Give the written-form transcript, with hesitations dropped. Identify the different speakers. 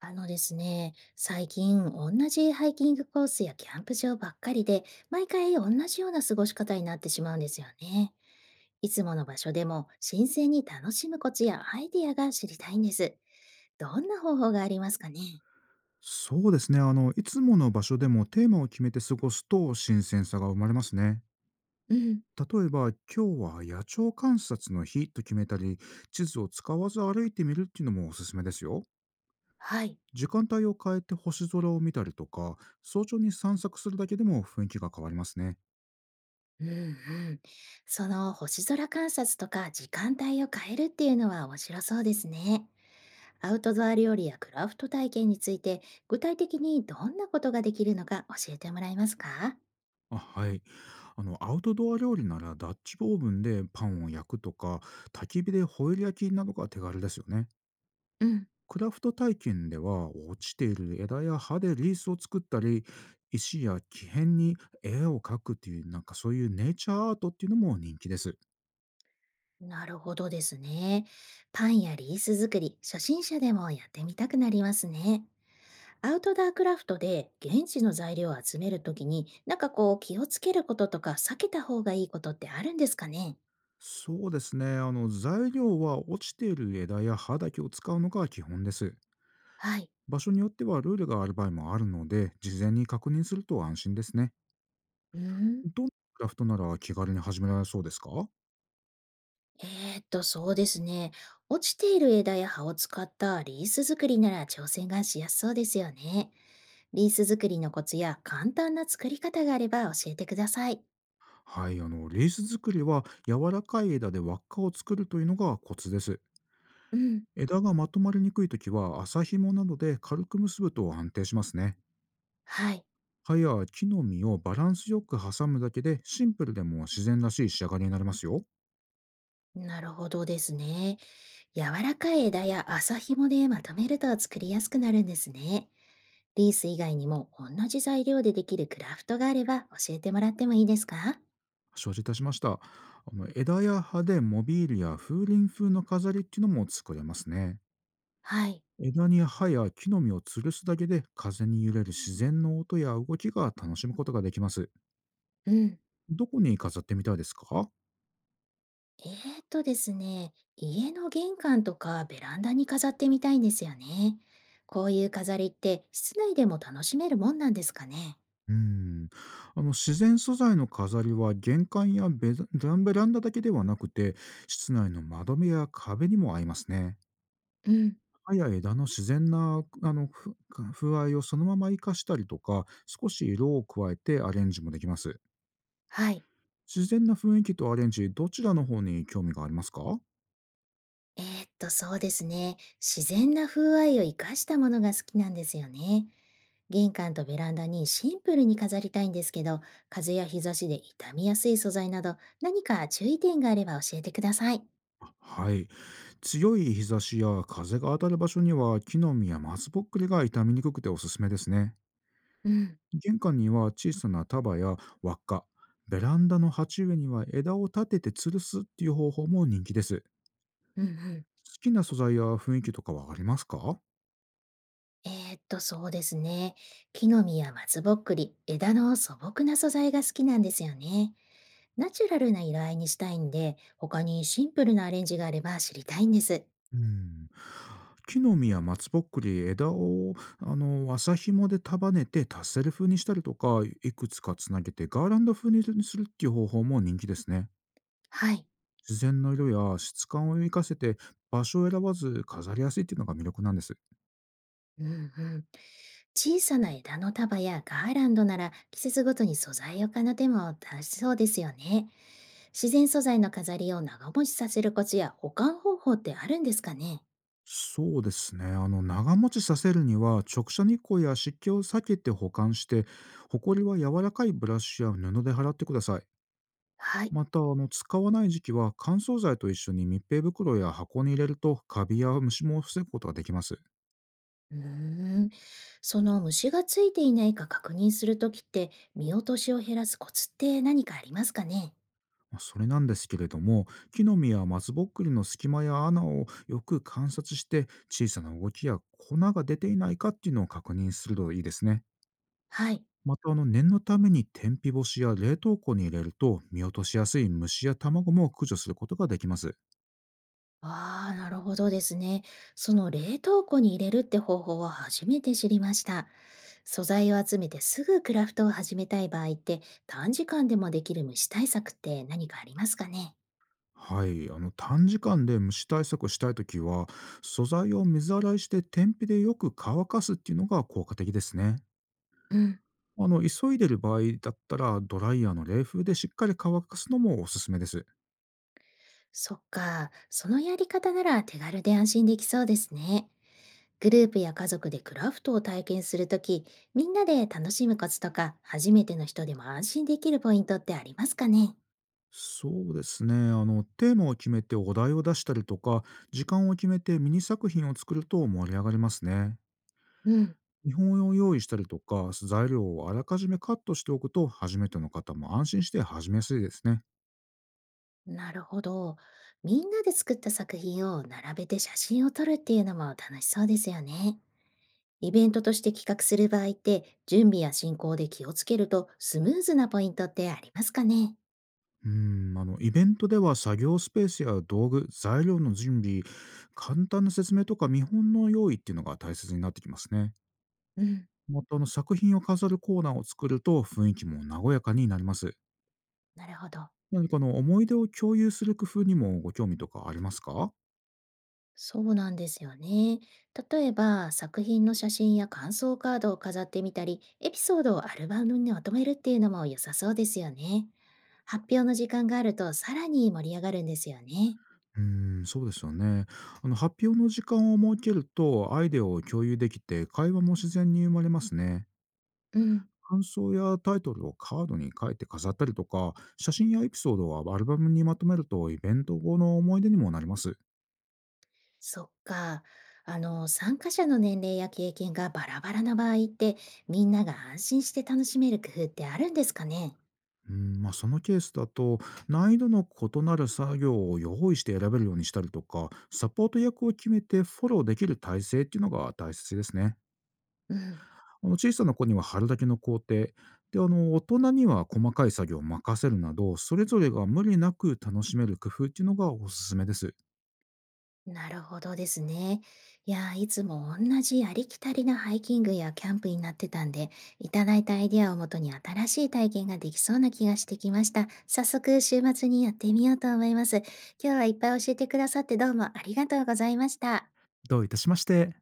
Speaker 1: あのですね、最近同じハイキングコースやキャンプ場ばっかりで、毎回同じような過ごし方になってしまうんですよね。いつもの場所でも新鮮に楽しむコツやアイディアが知りたいんです。どんな方法がありますかね？
Speaker 2: そうですね。いつもの場所でもテーマを決めて過ごすと新鮮さが生まれますね。
Speaker 1: うん。
Speaker 2: 例えば、今日は野鳥観察の日と決めたり、地図を使わず歩いてみるっていうのもおすすめですよ。
Speaker 1: はい。
Speaker 2: 時間帯を変えて星空を見たりとか、早朝に散策するだけでも雰囲気が変わりますね。
Speaker 1: うんうん。その星空観察とか時間帯を変えるっていうのは面白そうですね。アウトドア料理やクラフト体験について、具体的にどんなことができるのか教えてもらえますか？
Speaker 2: あ、はい。アウトドア料理ならダッチオーブンでパンを焼くとか、焚き火でホイル焼きなどが手軽ですよね。
Speaker 1: うん。
Speaker 2: クラフト体験では落ちている枝や葉でリースを作ったり、石や木片に絵を描くっていう、なんかそういうネイチャーアートっていうのも人気です。
Speaker 1: なるほどですね。パンやリース作り、初心者でもやってみたくなりますね。アウトドアクラフトで現地の材料を集めるときに、なんかこう気をつけることとか避けた方がいいことってあるんですかね？
Speaker 2: そうですね、材料は落ちている枝や葉だけを使うのが基本です。
Speaker 1: はい。
Speaker 2: 場所によってはルールがある場合もあるので、事前に確認すると安心ですね。
Speaker 1: うーん。
Speaker 2: どんなクラフトなら気軽に始められそうですか？
Speaker 1: えそうですね。落ちている枝や葉を使ったリース作りなら挑戦がしやすそうですよね。リース作りのコツや簡単な作り方があれば教えてください。
Speaker 2: はい、リース作りは柔らかい枝で輪っかを作るというのがコツです。
Speaker 1: うん。
Speaker 2: 枝がまとまりにくいときは麻紐などで軽く結ぶと安定しますね。
Speaker 1: はい。
Speaker 2: 葉や木の実をバランスよく挟むだけで、シンプルでも自然らしい仕上がりになりますよ。
Speaker 1: なるほどですね。柔らかい枝や麻紐でまとめると作りやすくなるんですね。リース以外にも同じ材料でできるクラフトがあれば教えてもらってもいいですか？
Speaker 2: 承知いたしました。枝や葉でモビールや風鈴風の飾りっていうのも作れますね。
Speaker 1: はい。
Speaker 2: 枝に葉や木の実を吊るすだけで、風に揺れる自然の音や動きが楽しむことができます。
Speaker 1: うん。
Speaker 2: どこに飾ってみたいですか？
Speaker 1: ですね、家の玄関とかベランダに飾ってみたいんですよね。こういう飾りって室内でも楽しめるもんなんですかね？
Speaker 2: うん。自然素材の飾りは玄関やベランダだけではなくて、室内の窓辺や壁にも合いますね。
Speaker 1: うん。
Speaker 2: 葉や枝の自然なあのふ風合いをそのまま活かしたりとか、少し色を加えてアレンジもできます。
Speaker 1: はい。
Speaker 2: 自然な雰囲気とアレンジ、どちらの方に興味がありますか？
Speaker 1: そうですね。自然な風合いを生かしたものが好きなんですよね。玄関とベランダにシンプルに飾りたいんですけど、風や日差しで傷みやすい素材など、何か注意点があれば教えてください。
Speaker 2: はい。強い日差しや風が当たる場所には、木の実や松ぼっくりが傷みにくくておすすめですね。
Speaker 1: うん、
Speaker 2: 玄関には小さな束や輪っか、ベランダの鉢植えには枝を立てて吊るすっていう方法も人気です。
Speaker 1: うん、うん。
Speaker 2: 好きな素材や雰囲気とかはありますか？
Speaker 1: そうですね。木の実や松ぼっくり、枝の素朴な素材が好きなんですよね。ナチュラルな色合いにしたいんで、他にシンプルなアレンジがあれば知りたいんです。
Speaker 2: うん。木の実や松ぼっくり、枝を麻紐で束ねてタッセル風にしたりとか、いくつかつなげてガーランド風にするっていう方法も人気ですね。
Speaker 1: はい。
Speaker 2: 自然の色や質感を生かせて、場所を選ばず飾りやすいっていうのが魅力なんです。
Speaker 1: うんうん。小さな枝の束やガーランドなら季節ごとに素材を奏でも出しそうですよね。自然素材の飾りを長持ちさせるコツや保管方法ってあるんですかね？
Speaker 2: そうですね。長持ちさせるには、直射日光や湿気を避けて保管して、ホコリは柔らかいブラシや布で払ってください。
Speaker 1: はい。
Speaker 2: また、使わない時期は乾燥剤と一緒に密閉袋や箱に入れると、カビや虫も防ぐことができます。
Speaker 1: うーん。その虫がついていないか確認するときって見落としを減らすコツって何かありますかね？
Speaker 2: まあ、それなんですけれども、木の実や松ぼっくりの隙間や穴をよく観察して、小さな動きや粉が出ていないかっていうのを確認するといいですね。
Speaker 1: はい。
Speaker 2: また念のために天日干しや冷凍庫に入れると、見落としやすい虫や卵も駆除することができます。
Speaker 1: ああ、なるほどですね。その冷凍庫に入れるって方法は初めて知りました。素材を集めてすぐクラフトを始めたい場合って、短時間でもできる虫対策って何かありますかね？
Speaker 2: はい、短時間で虫対策をしたいときは、素材を水洗いして天日でよく乾かすっていうのが効果的ですね。
Speaker 1: うん。
Speaker 2: 急いでる場合だったら、ドライヤーの冷風でしっかり乾かすのもおすすめです。
Speaker 1: そっか、そのやり方なら手軽で安心できそうですね。グループや家族でクラフトを体験するとき、みんなで楽しむコツとか、初めての人でも安心できるポイントってありますかね？
Speaker 2: そうですね、テーマを決めてお題を出したりとか、時間を決めてミニ作品を作ると盛り上がりますね。
Speaker 1: うん。
Speaker 2: 見本を用意したりとか、材料をあらかじめカットしておくと、初めての方も安心して始めやすいですね。
Speaker 1: なるほど。みんなで作った作品を並べて写真を撮るっていうのも楽しそうですよね。イベントとして企画する場合って、準備や進行で気をつけるとスムーズなポイントってありますかね？
Speaker 2: うん、イベントでは作業スペースや道具、材料の準備、簡単な説明とか見本の用意っていうのが大切になってきますね。
Speaker 1: うん。
Speaker 2: また、作品を飾るコーナーを作ると、雰囲気も和やかになります。
Speaker 1: なるほど。
Speaker 2: 何か思い出を共有する工夫にもご興味とかありますか？
Speaker 1: そうなんですよね。例えば、作品の写真や感想カードを飾ってみたり、エピソードをアルバムにまとめるっていうのも良さそうですよね。発表の時間があるとさらに盛り上がるんですよね。
Speaker 2: うーん、そうですよね。発表の時間を設けるとアイデアを共有できて、会話も自然に生まれますね。
Speaker 1: うん。
Speaker 2: 感想やタイトルをカードに書いて飾ったりとか、写真やエピソードをアルバムにまとめると、イベント後の思い出にもなります。
Speaker 1: そっか。参加者の年齢や経験がバラバラな場合って、みんなが安心して楽しめる工夫ってあるんですかね？
Speaker 2: うん、まあ、そのケースだと、難易度の異なる作業を用意して選べるようにしたりとか、サポート役を決めてフォローできる体制っていうのが大切ですね。
Speaker 1: うん。
Speaker 2: 小さな子には貼るだけの工程、で、大人には細かい作業を任せるなど、それぞれが無理なく楽しめる工夫っていうのがおすすめです。
Speaker 1: なるほどですね。いやー、いつも同じありきたりなハイキングやキャンプになってたんで、いただいたアイディアをもとに新しい体験ができそうな気がしてきました。早速、週末にやってみようと思います。今日はいっぱい教えてくださってどうもありがとうございました。
Speaker 2: どういたしまして。